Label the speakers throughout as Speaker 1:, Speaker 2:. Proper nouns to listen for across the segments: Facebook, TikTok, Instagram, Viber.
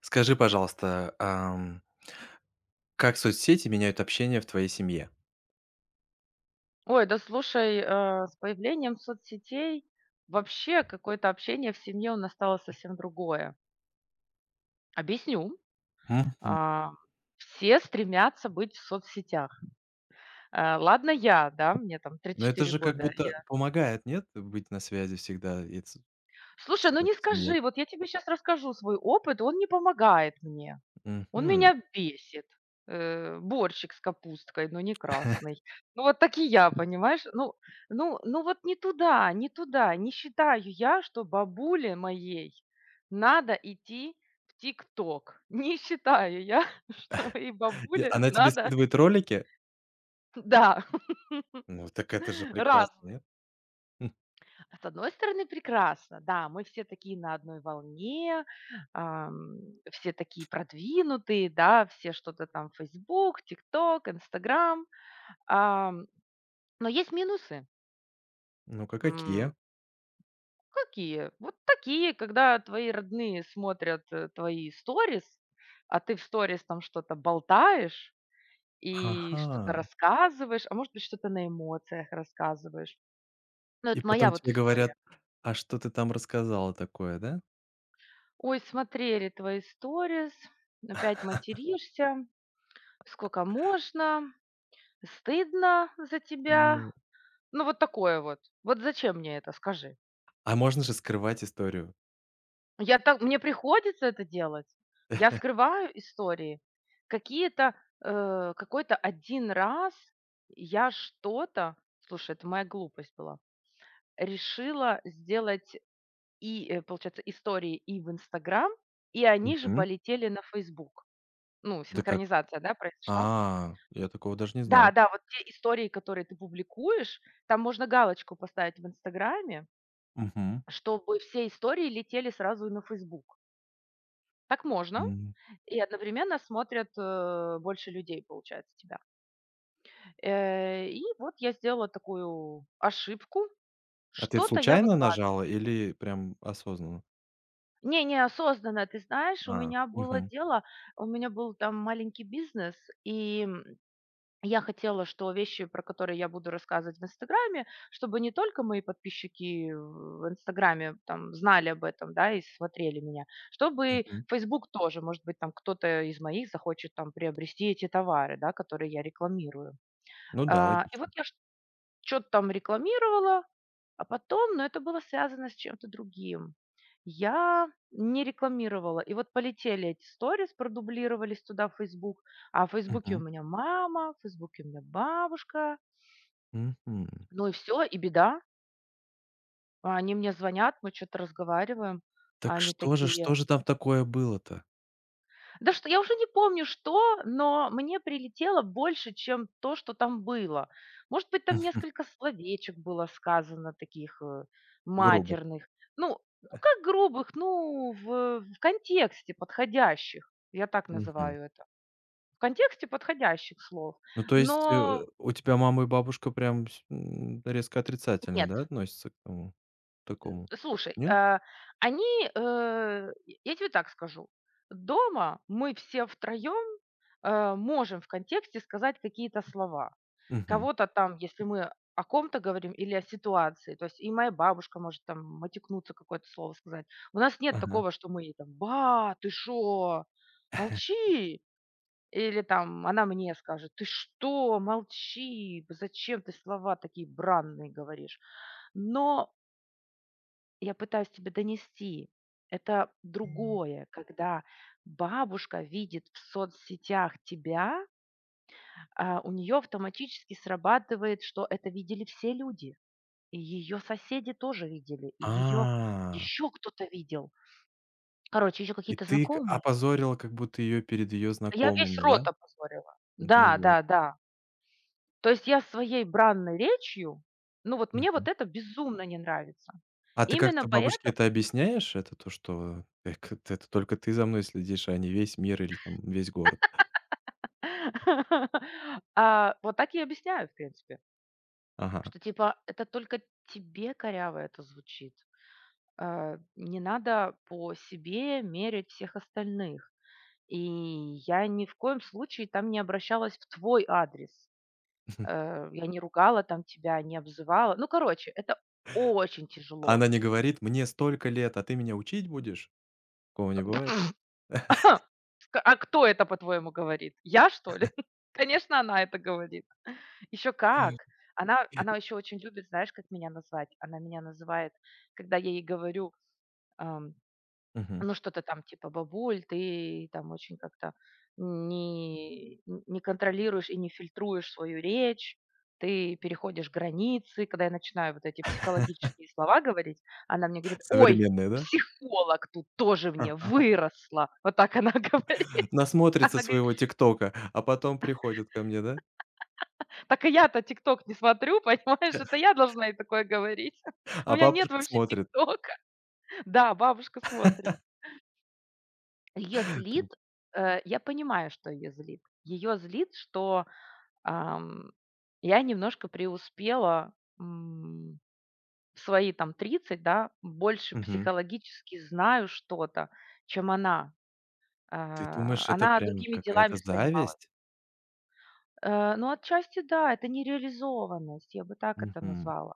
Speaker 1: Скажи, пожалуйста, как соцсети меняют общение в твоей семье?
Speaker 2: Ой, да слушай, с появлением соцсетей вообще какое-то общение в семье у нас стало совсем другое. Объясню.
Speaker 1: Мгм.
Speaker 2: А, Все стремятся быть в соцсетях. Ладно я, да, мне там
Speaker 1: Ну, это
Speaker 2: три-четыре
Speaker 1: же как
Speaker 2: года.
Speaker 1: будто помогает, нет? Быть на связи всегда и с
Speaker 2: Слушай, ну
Speaker 1: всегда
Speaker 2: не
Speaker 1: в семье.
Speaker 2: скажи, вот я тебе сейчас расскажу свой опыт, он не помогает мне. Он
Speaker 1: Мгм.
Speaker 2: меня бесит. Борщик с капусткой, но не красный. Ну, вот так и я, понимаешь? Ну, ну вот не туда, не туда. Не считаю я, что бабуле моей надо идти в ТикТок. Не считаю я, что моей
Speaker 1: И
Speaker 2: бабуле
Speaker 1: она тебе
Speaker 2: надо,
Speaker 1: скидывает ролики?
Speaker 2: да,
Speaker 1: Ну, так это же
Speaker 2: раз.
Speaker 1: прекрасно, нет? М.
Speaker 2: С одной стороны, прекрасно, да, мы все такие на одной волне, ам, все такие продвинутые, да, все что-то там, Facebook, TikTok, Instagram. Ам, но есть минусы.
Speaker 1: Ну-ка,
Speaker 2: М,
Speaker 1: какие?
Speaker 2: Какие? Вот такие, когда твои родные смотрят, твои сторис, а ты в сторис там что-то болтаешь и что-то
Speaker 1: Ага.
Speaker 2: рассказываешь, а может быть, что-то на эмоциях рассказываешь. Ну,
Speaker 1: И
Speaker 2: это моя
Speaker 1: потом
Speaker 2: вот
Speaker 1: тебе говорят:
Speaker 2: история.
Speaker 1: "А что ты там рассказала такое, да?"
Speaker 2: Ой, смотрели твои сторис, опять материшься, сколько можно, стыдно за тебя.
Speaker 1: Ну.
Speaker 2: Ну, вот такое вот. Вот зачем мне это, скажи?
Speaker 1: А можно же скрывать историю.
Speaker 2: Я так мне приходится это делать. Я скрываю истории. Какие-то, Какой-то один раз я что-то, слушай, это моя глупость была, решила сделать и, получается, истории и в "Инстаграм", и они же
Speaker 1: Мгм.
Speaker 2: полетели на "Фейсбук". Ну,
Speaker 1: Это как?
Speaker 2: синхронизация, да, произошла.
Speaker 1: А, я такого даже не
Speaker 2: Да,
Speaker 1: знал.
Speaker 2: да, вот те истории, которые ты публикуешь, там можно галочку поставить в "Инстаграме",
Speaker 1: Мгм.
Speaker 2: чтобы все истории летели сразу и на "Фейсбук". Так можно. И одновременно смотрят, больше людей, получается, тебя. И вот я сделала такую ошибку.
Speaker 1: А ты
Speaker 2: Что-то я
Speaker 1: случайно
Speaker 2: выкла
Speaker 1: нажала или прям осознанно?
Speaker 2: Не, неосознанно, ты знаешь, у
Speaker 1: А,
Speaker 2: меня было
Speaker 1: мгм,
Speaker 2: дело, у меня был там маленький бизнес, и, я хотела, что вещи, про которые я буду рассказывать в "Инстаграме", чтобы не только мои подписчики в "Инстаграме" там знали об этом, да, и смотрели меня, чтобы
Speaker 1: мгм.
Speaker 2: Facebook тоже, может быть, там кто-то из моих захочет там приобрести эти товары, да, которые я рекламирую.
Speaker 1: Ну да,
Speaker 2: И вот
Speaker 1: логично.
Speaker 2: я что-то там рекламировала, а потом, но это было связано с чем-то другим. Я не рекламировала. И вот полетели эти сторис, продублировались туда в Facebook. А в Фейсбуке у меня мама, в Фейсбуке у меня бабушка.
Speaker 1: Мгм, мгм.
Speaker 2: Ну и все, и беда. Они мне звонят, мы что-то разговариваем. а
Speaker 1: Так
Speaker 2: Они
Speaker 1: что же
Speaker 2: такие,
Speaker 1: что же там такое было-то?
Speaker 2: Да что, я уже не помню что, но мне прилетело больше, чем то, что там было. Может быть, там несколько словечек было сказано таких
Speaker 1: Грубо.
Speaker 2: матерных. Ну, ну как грубых, ну, в контексте подходящих. Я так
Speaker 1: Мгм.
Speaker 2: называю это. В контексте подходящих слов.
Speaker 1: Ну, то есть,
Speaker 2: Но
Speaker 1: у тебя мама и бабушка прям с резко отрицательно,
Speaker 2: нет,
Speaker 1: да, относятся к тому такому?
Speaker 2: слушай,
Speaker 1: Нет?
Speaker 2: они, я тебе так скажу, дома мы все втроем можем в контексте сказать какие-то слова.
Speaker 1: Мгм.
Speaker 2: Кого-то там, если мы о ком-то говорим или о ситуации, то есть и моя бабушка может там матюкнуться, какое-то слово сказать. У нас нет
Speaker 1: Ага.
Speaker 2: такого, что мы ей там «Ба, ты шо? Молчи!» Или там она мне скажет: «Ты что? Молчи! Зачем ты слова такие бранные говоришь?» Но я пытаюсь тебе донести. Это другое, когда бабушка видит в соцсетях тебя, а у нее автоматически срабатывает, что это видели все люди. И ее соседи тоже видели, и ее
Speaker 1: А,
Speaker 2: еще кто-то видел. Короче, еще
Speaker 1: и
Speaker 2: какие-то
Speaker 1: ты к
Speaker 2: знакомые.
Speaker 1: опозорила как будто ее перед ее
Speaker 2: Я весь
Speaker 1: знакомыми, да?
Speaker 2: рот опозорила.
Speaker 1: Ну
Speaker 2: Да,
Speaker 1: вот.
Speaker 2: да, да. То есть я своей бранной речью, ну вот мне вот это безумно не нравится.
Speaker 1: А ты
Speaker 2: Именно
Speaker 1: как-то бабушке
Speaker 2: поэтому
Speaker 1: это объясняешь? Это то, что эк это только ты за мной следишь, а не весь мир или там весь город.
Speaker 2: вот так и объясняю, в принципе.
Speaker 1: Ага.
Speaker 2: Что типа это только тебе коряво это звучит. Не надо по себе мерить всех остальных. И я ни в коем случае там не обращалась в твой адрес. Я не ругала там тебя, не обзывала. Ну, короче, это очень
Speaker 1: А
Speaker 2: тяжело.
Speaker 1: она не говорит: "Мне столько лет, а ты меня учить будешь?" Такого не бывает?
Speaker 2: А кто это, по-твоему, говорит? Я, что ли? Конечно, она это говорит. Еще как. Она еще очень любит, знаешь, как меня назвать? Она меня называет, когда я ей говорю,
Speaker 1: Мгм.
Speaker 2: ну, что-то там типа: "Бабуль, ты там очень как-то не не контролируешь и не фильтруешь свою речь, ты переходишь границы". Когда я начинаю вот эти психологические слова говорить, она мне говорит: "Ой,
Speaker 1: Современная, да?
Speaker 2: психолог тут тоже мне
Speaker 1: А.
Speaker 2: выросла". Вот так она говорит.
Speaker 1: Насмотрится
Speaker 2: Она говорит:
Speaker 1: своего "Тиктока", а потом приходит ко мне, да?
Speaker 2: "Так и я-то "Тикток" не смотрю, понимаешь, это я должна и такое говорить. У
Speaker 1: А
Speaker 2: меня нет
Speaker 1: бабушка
Speaker 2: вообще
Speaker 1: смотрит.
Speaker 2: "Тиктока". Да, бабушка смотрит. Ее
Speaker 1: Так
Speaker 2: злит, я понимаю, что ее злит. Ее злит, что, ам, я немножко преуспела, м, в свои там 30, да, больше
Speaker 1: Мгм.
Speaker 2: психологически знаю что-то, чем она.
Speaker 1: Ты думаешь, это
Speaker 2: Она
Speaker 1: прям
Speaker 2: другими делами
Speaker 1: какая-то
Speaker 2: занималась.
Speaker 1: зависть?
Speaker 2: Ну, отчасти да, это нереализованность, я бы так это
Speaker 1: Мгм.
Speaker 2: назвала.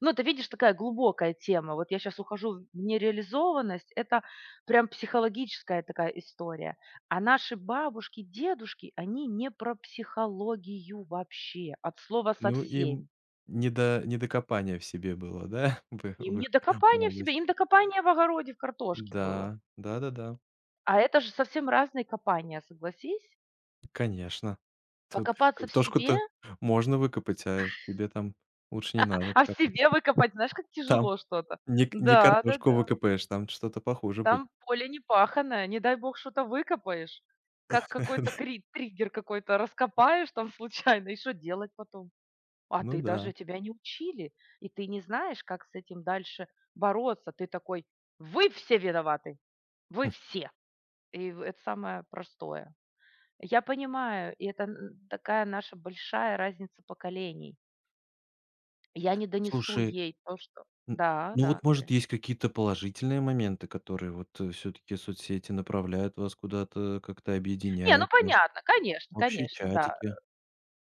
Speaker 2: Ну, это видишь, такая глубокая тема. Вот я сейчас ухожу в нереализованность. Это прям психологическая такая история. А наши бабушки, дедушки, они не про психологию вообще, от слова
Speaker 1: Ну, им
Speaker 2: совсем.
Speaker 1: не до копания в себе было, да,
Speaker 2: Им
Speaker 1: в
Speaker 2: не
Speaker 1: их
Speaker 2: до копания в себе,
Speaker 1: молодости.
Speaker 2: им до копания в огороде, в картошке было.
Speaker 1: Да,
Speaker 2: А это же совсем разные копания, согласись.
Speaker 1: конечно. Тут
Speaker 2: Покопаться в себе,
Speaker 1: картошку-то можно выкопать, а тебе там лучше не надо
Speaker 2: а в
Speaker 1: копать.
Speaker 2: себе выкопать, знаешь, как
Speaker 1: Там
Speaker 2: тяжело что-то.
Speaker 1: не картошку
Speaker 2: Да-да-да.
Speaker 1: выкопаешь, там что-то похуже будет.
Speaker 2: Там поле не паханое, не дай бог что-то выкопаешь, как какой-то кри триггер какой-то раскопаешь там случайно, и что делать потом? А
Speaker 1: Ну
Speaker 2: ты даже
Speaker 1: да.
Speaker 2: тебя не учили, и ты не знаешь, как с этим дальше бороться. Ты такой: "Вы все виноваты, вы
Speaker 1: М,
Speaker 2: все". И в это самое простое. Я понимаю, и это н такая наша большая разница поколений. Я не донесу
Speaker 1: слушай,
Speaker 2: ей то, что
Speaker 1: н
Speaker 2: да,
Speaker 1: ну
Speaker 2: да,
Speaker 1: вот,
Speaker 2: говорю.
Speaker 1: может, есть какие-то положительные моменты, которые вот, все таки соцсети направляют вас куда-то, как-то
Speaker 2: Не, ну
Speaker 1: объединяют, может,
Speaker 2: понятно, конечно,
Speaker 1: общие
Speaker 2: конечно, да.
Speaker 1: чатики?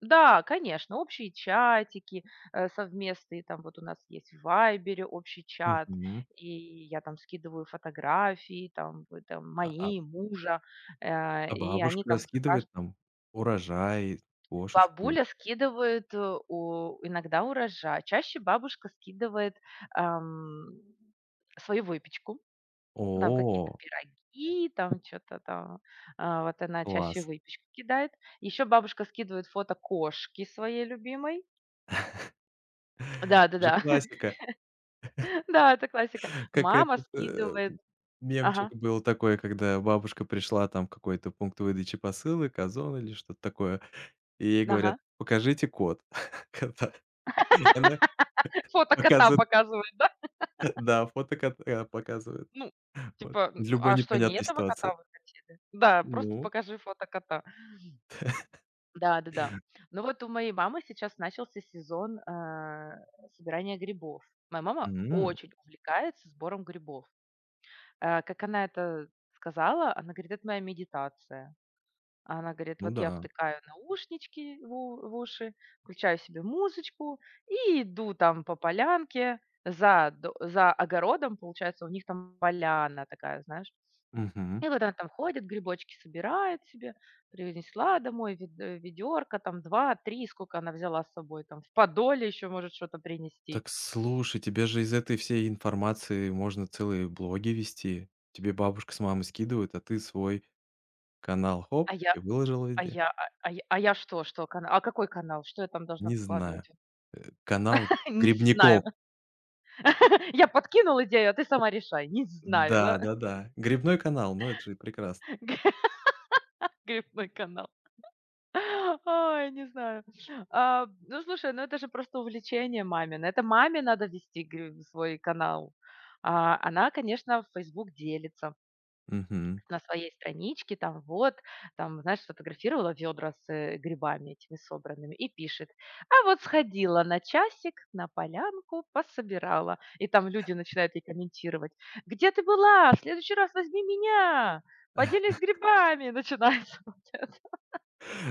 Speaker 2: Да, конечно, общие чатики, совместные, там вот у нас есть в "Вайбере" общий чат,
Speaker 1: Мгм.
Speaker 2: и я там скидываю фотографии, там, там
Speaker 1: А а
Speaker 2: мои, мужа, э,
Speaker 1: а
Speaker 2: и они
Speaker 1: бабушка
Speaker 2: там уже кажд
Speaker 1: скидывает там урожай, кошечку.
Speaker 2: Бабуля скидывает, э, у иногда урожай, чаще бабушка скидывает, ам, свою выпечку, там какие-то
Speaker 1: О,
Speaker 2: пироги, там что то там, вот она чаще
Speaker 1: класс!
Speaker 2: выпечку кидает. Еще бабушка скидывает фото кошки своей любимой. Да-да-да.
Speaker 1: Это же
Speaker 2: Да, да.
Speaker 1: классика.
Speaker 2: Да, это классика.
Speaker 1: Как
Speaker 2: Мама
Speaker 1: этот,
Speaker 2: скидывает. Ага,
Speaker 1: мемчик был такой, когда бабушка пришла там в какой-то пункт выдачи посылок, "Озон" или что-то такое, и ей говорят:
Speaker 2: ага.
Speaker 1: "Покажите код". Кота. И она
Speaker 2: Фото кота
Speaker 1: показывает,
Speaker 2: показывает, да?
Speaker 1: да, фото кота показывает.
Speaker 2: Ну,
Speaker 1: Вот.
Speaker 2: типа,
Speaker 1: В
Speaker 2: н
Speaker 1: любой
Speaker 2: а что, не
Speaker 1: непонятной
Speaker 2: этого кота
Speaker 1: ситуации.
Speaker 2: вы хотели? Да, просто
Speaker 1: Ну,
Speaker 2: покажи фото кота. Да-да-да. Ну, вот у моей мамы сейчас начался сезон, собирания грибов. Моя мама
Speaker 1: м,
Speaker 2: очень увлекается сбором грибов. Как она это сказала, она говорит: "Это моя медитация". А она говорит:
Speaker 1: ну
Speaker 2: "Вот я
Speaker 1: да.
Speaker 2: втыкаю наушнички в уши, включаю себе музычку и иду там по полянке за огородом". Получается, у них там поляна такая, знаешь.
Speaker 1: Мгм.
Speaker 2: И вот она там ходит, грибочки собирает себе, принесла домой ведерко, там два-три, сколько она взяла с собой, там в подоле еще может что-то принести.
Speaker 1: Так слушай, тебе же из этой всей информации можно целые блоги вести. Тебе бабушка с мамой скидывают, а ты свой канал-
Speaker 2: А
Speaker 1: хоп,
Speaker 2: я
Speaker 1: и выложил везде.
Speaker 2: а я а я что что кана а какой канал? Что я там должна
Speaker 1: Не знаю.
Speaker 2: выкладывать?
Speaker 1: Канал
Speaker 2: Не знаю.
Speaker 1: грибников.
Speaker 2: Я подкинула идею, а ты сама решай. Не знаю, да.
Speaker 1: Да-да-да. Грибной канал, ну, это же прекрасно.
Speaker 2: Грибной канал. Ой, не знаю. Ну, слушай, ну это же просто увлечение мамино. Это маме надо вести свой канал. Она, конечно, в Facebook делится
Speaker 1: Мгм.
Speaker 2: на своей страничке, там вот, там, знаешь, сфотографировала ведра с грибами этими собранными и пишет, а вот сходила на часик, на полянку, пособирала. И там люди начинают ей комментировать, где ты была, в следующий раз возьми меня, поделись грибами, начинается.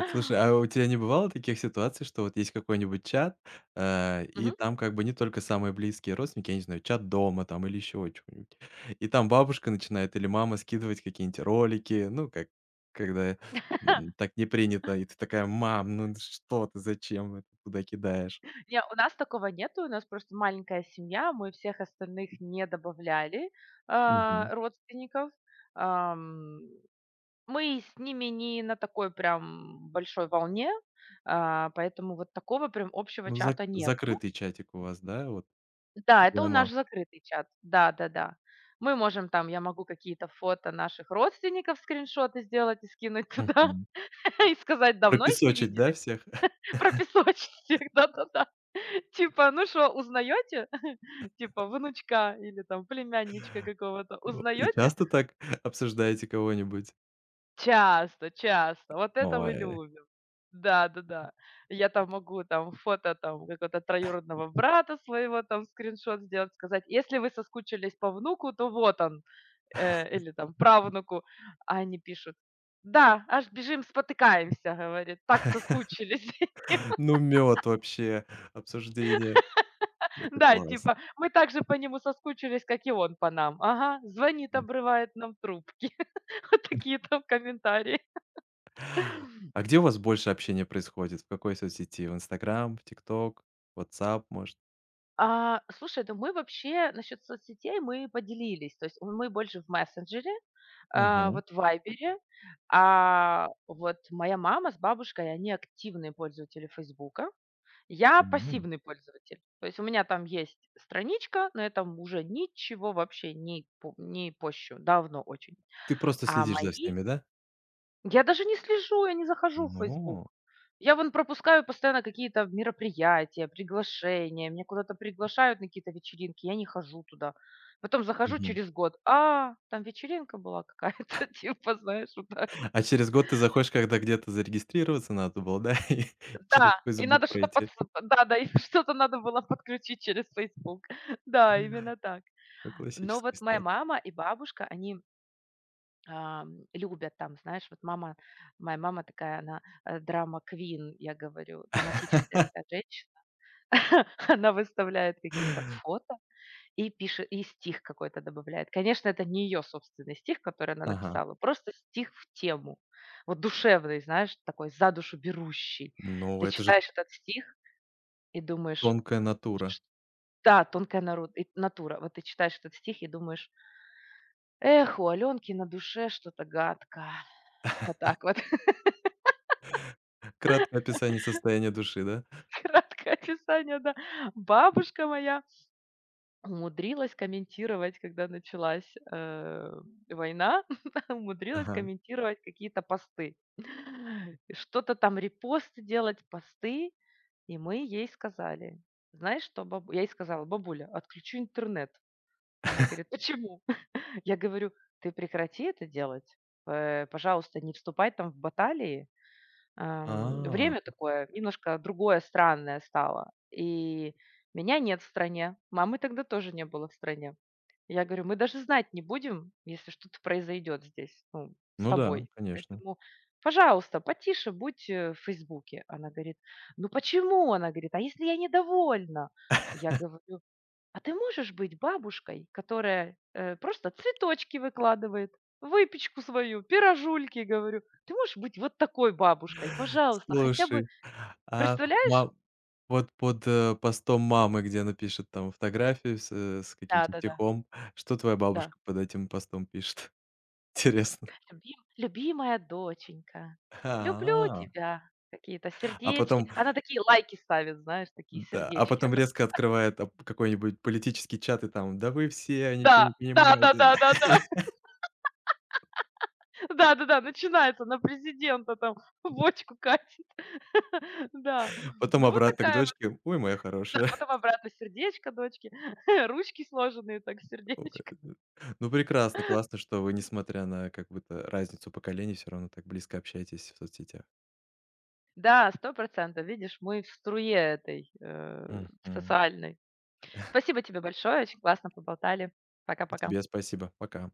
Speaker 1: Слушай, а у тебя не бывало таких ситуаций, что вот есть какой-нибудь чат, и
Speaker 2: Мгм.
Speaker 1: там как бы не только самые близкие родственники, я не знаю, чат дома там или еще чего нибудь и там бабушка начинает или мама скидывать какие-нибудь ролики, ну, как когда, так не принято, и ты такая: "Мам, ну, что ты, зачем это туда кидаешь?"
Speaker 2: Не, у нас такого нету, у нас просто маленькая семья, мы всех остальных не добавляли,
Speaker 1: Мгм.
Speaker 2: родственников. Ам, мы с ними не на такой прям большой волне, поэтому вот такого прям общего
Speaker 1: Ну,
Speaker 2: чата нету.
Speaker 1: закрытый чатик у вас, да, вот?
Speaker 2: Да, это у
Speaker 1: Я
Speaker 2: нас
Speaker 1: мам
Speaker 2: закрытый чат. Да-да-да. Мы можем там, я могу какие-то фото наших родственников, скриншоты сделать и скинуть туда,
Speaker 1: Мгм.
Speaker 2: и сказать: "Давно их не
Speaker 1: Пропесочить, да,
Speaker 2: видели".
Speaker 1: всех?
Speaker 2: Про песочницах, да-да-да. Типа, ну что, узнаете? Типа, внучка или там племянничка какого-то
Speaker 1: О, и
Speaker 2: узнаете?
Speaker 1: часто так обсуждаете кого-нибудь?
Speaker 2: Часто, часто. Вот это мы
Speaker 1: Ой.
Speaker 2: любим. Да-да-да. Я там могу там фото там какого-то троюродного брата своего там скриншот сделать, сказать: "Если вы соскучились по внуку, то вот он". Или там правнуку. А они пишут: "Да, аж бежим, спотыкаемся", говорит, "так соскучились".
Speaker 1: Ну, мед вообще, обсуждение. Это
Speaker 2: Да,
Speaker 1: класс.
Speaker 2: типа, мы также по нему соскучились, как и он по нам. Ага, звонит,
Speaker 1: М.
Speaker 2: обрывает нам трубки. Вот такие там комментарии.
Speaker 1: А где у вас больше общения происходит? В какой соцсети? В "Инстаграм", в "Тикток", "Ватсап", может?
Speaker 2: Слушай, да мы вообще насчет соцсетей мы поделились. То есть мы больше в мессенджере,
Speaker 1: Мгм.
Speaker 2: вот в Вайбере. А вот моя мама с бабушкой, они активные пользователи Фейсбука. Я
Speaker 1: М.
Speaker 2: пассивный пользователь. То есть у меня там есть страничка, но я там уже ничего вообще не, не пощу. Давно очень.
Speaker 1: Ты просто
Speaker 2: А
Speaker 1: следишь за
Speaker 2: мои
Speaker 1: всеми, да?
Speaker 2: Я даже не слежу, я не захожу в Facebook.
Speaker 1: Ну.
Speaker 2: Я вон пропускаю постоянно какие-то мероприятия, приглашения. Меня куда-то приглашают на какие-то вечеринки, я не хожу туда. Потом захожу
Speaker 1: Мгм.
Speaker 2: через год: "А, там вечеринка была какая-то", типа, знаешь, вот так.
Speaker 1: А через год ты заходишь, когда где-то зарегистрироваться надо было, да, и через
Speaker 2: Да, и
Speaker 1: Facebook
Speaker 2: надо что-то подс
Speaker 1: пройти.
Speaker 2: Да-да, и что-то надо было подключить через Facebook. Да, именно так.
Speaker 1: Ну,
Speaker 2: Но
Speaker 1: классическая
Speaker 2: вот моя
Speaker 1: ситуация.
Speaker 2: мама и бабушка, они ам, любят там, знаешь, вот мама, моя мама такая, она драма-квин, я говорю, драматическая такая женщина. Она выставляет какие-то фото и пишет, и стих какой-то добавляет. Конечно, это не ее собственный стих, который она
Speaker 1: Ага.
Speaker 2: написала, просто стих в тему. Вот душевный, знаешь, такой за душу берущий.
Speaker 1: Ну,
Speaker 2: Ты
Speaker 1: это же
Speaker 2: читаешь этот стих и думаешь,
Speaker 1: тонкая натура.
Speaker 2: «Ш- да, тонкая натура. Вот ты читаешь этот стих и думаешь, эх, у Аленки на душе что-то гадко. Вот так вот.
Speaker 1: Краткое описание состояния души, да?
Speaker 2: Краткое описание, да. Бабушка моя умудрилась комментировать, когда началась, война, умудрилась
Speaker 1: Ага.
Speaker 2: комментировать какие-то посты. Что-то там репосты делать, посты. И мы ей сказали: "Знаешь что, бабу" Я ей сказала: "Бабуля, отключу интернет". Она говорит: "Почему?" Я говорю: "Ты прекрати это делать. Пожалуйста, не вступай там в баталии".
Speaker 1: А,
Speaker 2: Время такое немножко другое, странное стало. И меня нет в стране, мамы тогда тоже не было в стране. Я говорю: "Мы даже знать не будем, если что-то произойдет здесь, ну, с
Speaker 1: ну да,
Speaker 2: тобой.
Speaker 1: конечно.
Speaker 2: Поэтому, пожалуйста, потише будь, в "Фейсбуке". Она говорит: "Ну почему?" Она говорит: "А если я недовольна?" Я говорю, а ты можешь быть бабушкой, которая, просто цветочки выкладывает, выпечку свою, пирожульки, говорю. Ты можешь быть вот такой бабушкой, пожалуйста, хотя бы,
Speaker 1: Слушай, а
Speaker 2: представляешь?
Speaker 1: ма вот под, постом мамы, где она пишет там фотографию с, с каким-то
Speaker 2: Да-да-да, да.
Speaker 1: стихом, что твоя
Speaker 2: Да, да.
Speaker 1: бабушка под этим постом пишет? Интересно.
Speaker 2: Любим любимая доченька, люблю
Speaker 1: А,
Speaker 2: тебя. Какие-то
Speaker 1: а
Speaker 2: сердечки.
Speaker 1: потом,
Speaker 2: Она такие лайки ставит, знаешь, такие
Speaker 1: да, а
Speaker 2: сердечки.
Speaker 1: потом резко открывает ап какой-нибудь политический чат и там: "Да вы все ничего
Speaker 2: Да,
Speaker 1: не понимаете".
Speaker 2: да-да-да-да-да. Да-да-да, начинается, на президента там бочку катит. Да.
Speaker 1: Потом
Speaker 2: Ну, вот
Speaker 1: обратно к
Speaker 2: такая.
Speaker 1: дочке: "Ой, моя
Speaker 2: Да,
Speaker 1: хорошая".
Speaker 2: потом обратно сердечко дочки, ручки сложенные так в
Speaker 1: Ой,
Speaker 2: сердечко.
Speaker 1: э, ну, прекрасно, классно, что вы, несмотря на как будто разницу поколений, все равно так близко общаетесь в соцсетях.
Speaker 2: Да, 100%. Видишь, мы в струе этой,
Speaker 1: Мгм.
Speaker 2: социальной. Спасибо тебе большое, очень классно поболтали.
Speaker 1: И
Speaker 2: Пока-пока.
Speaker 1: тебе спасибо. Пока.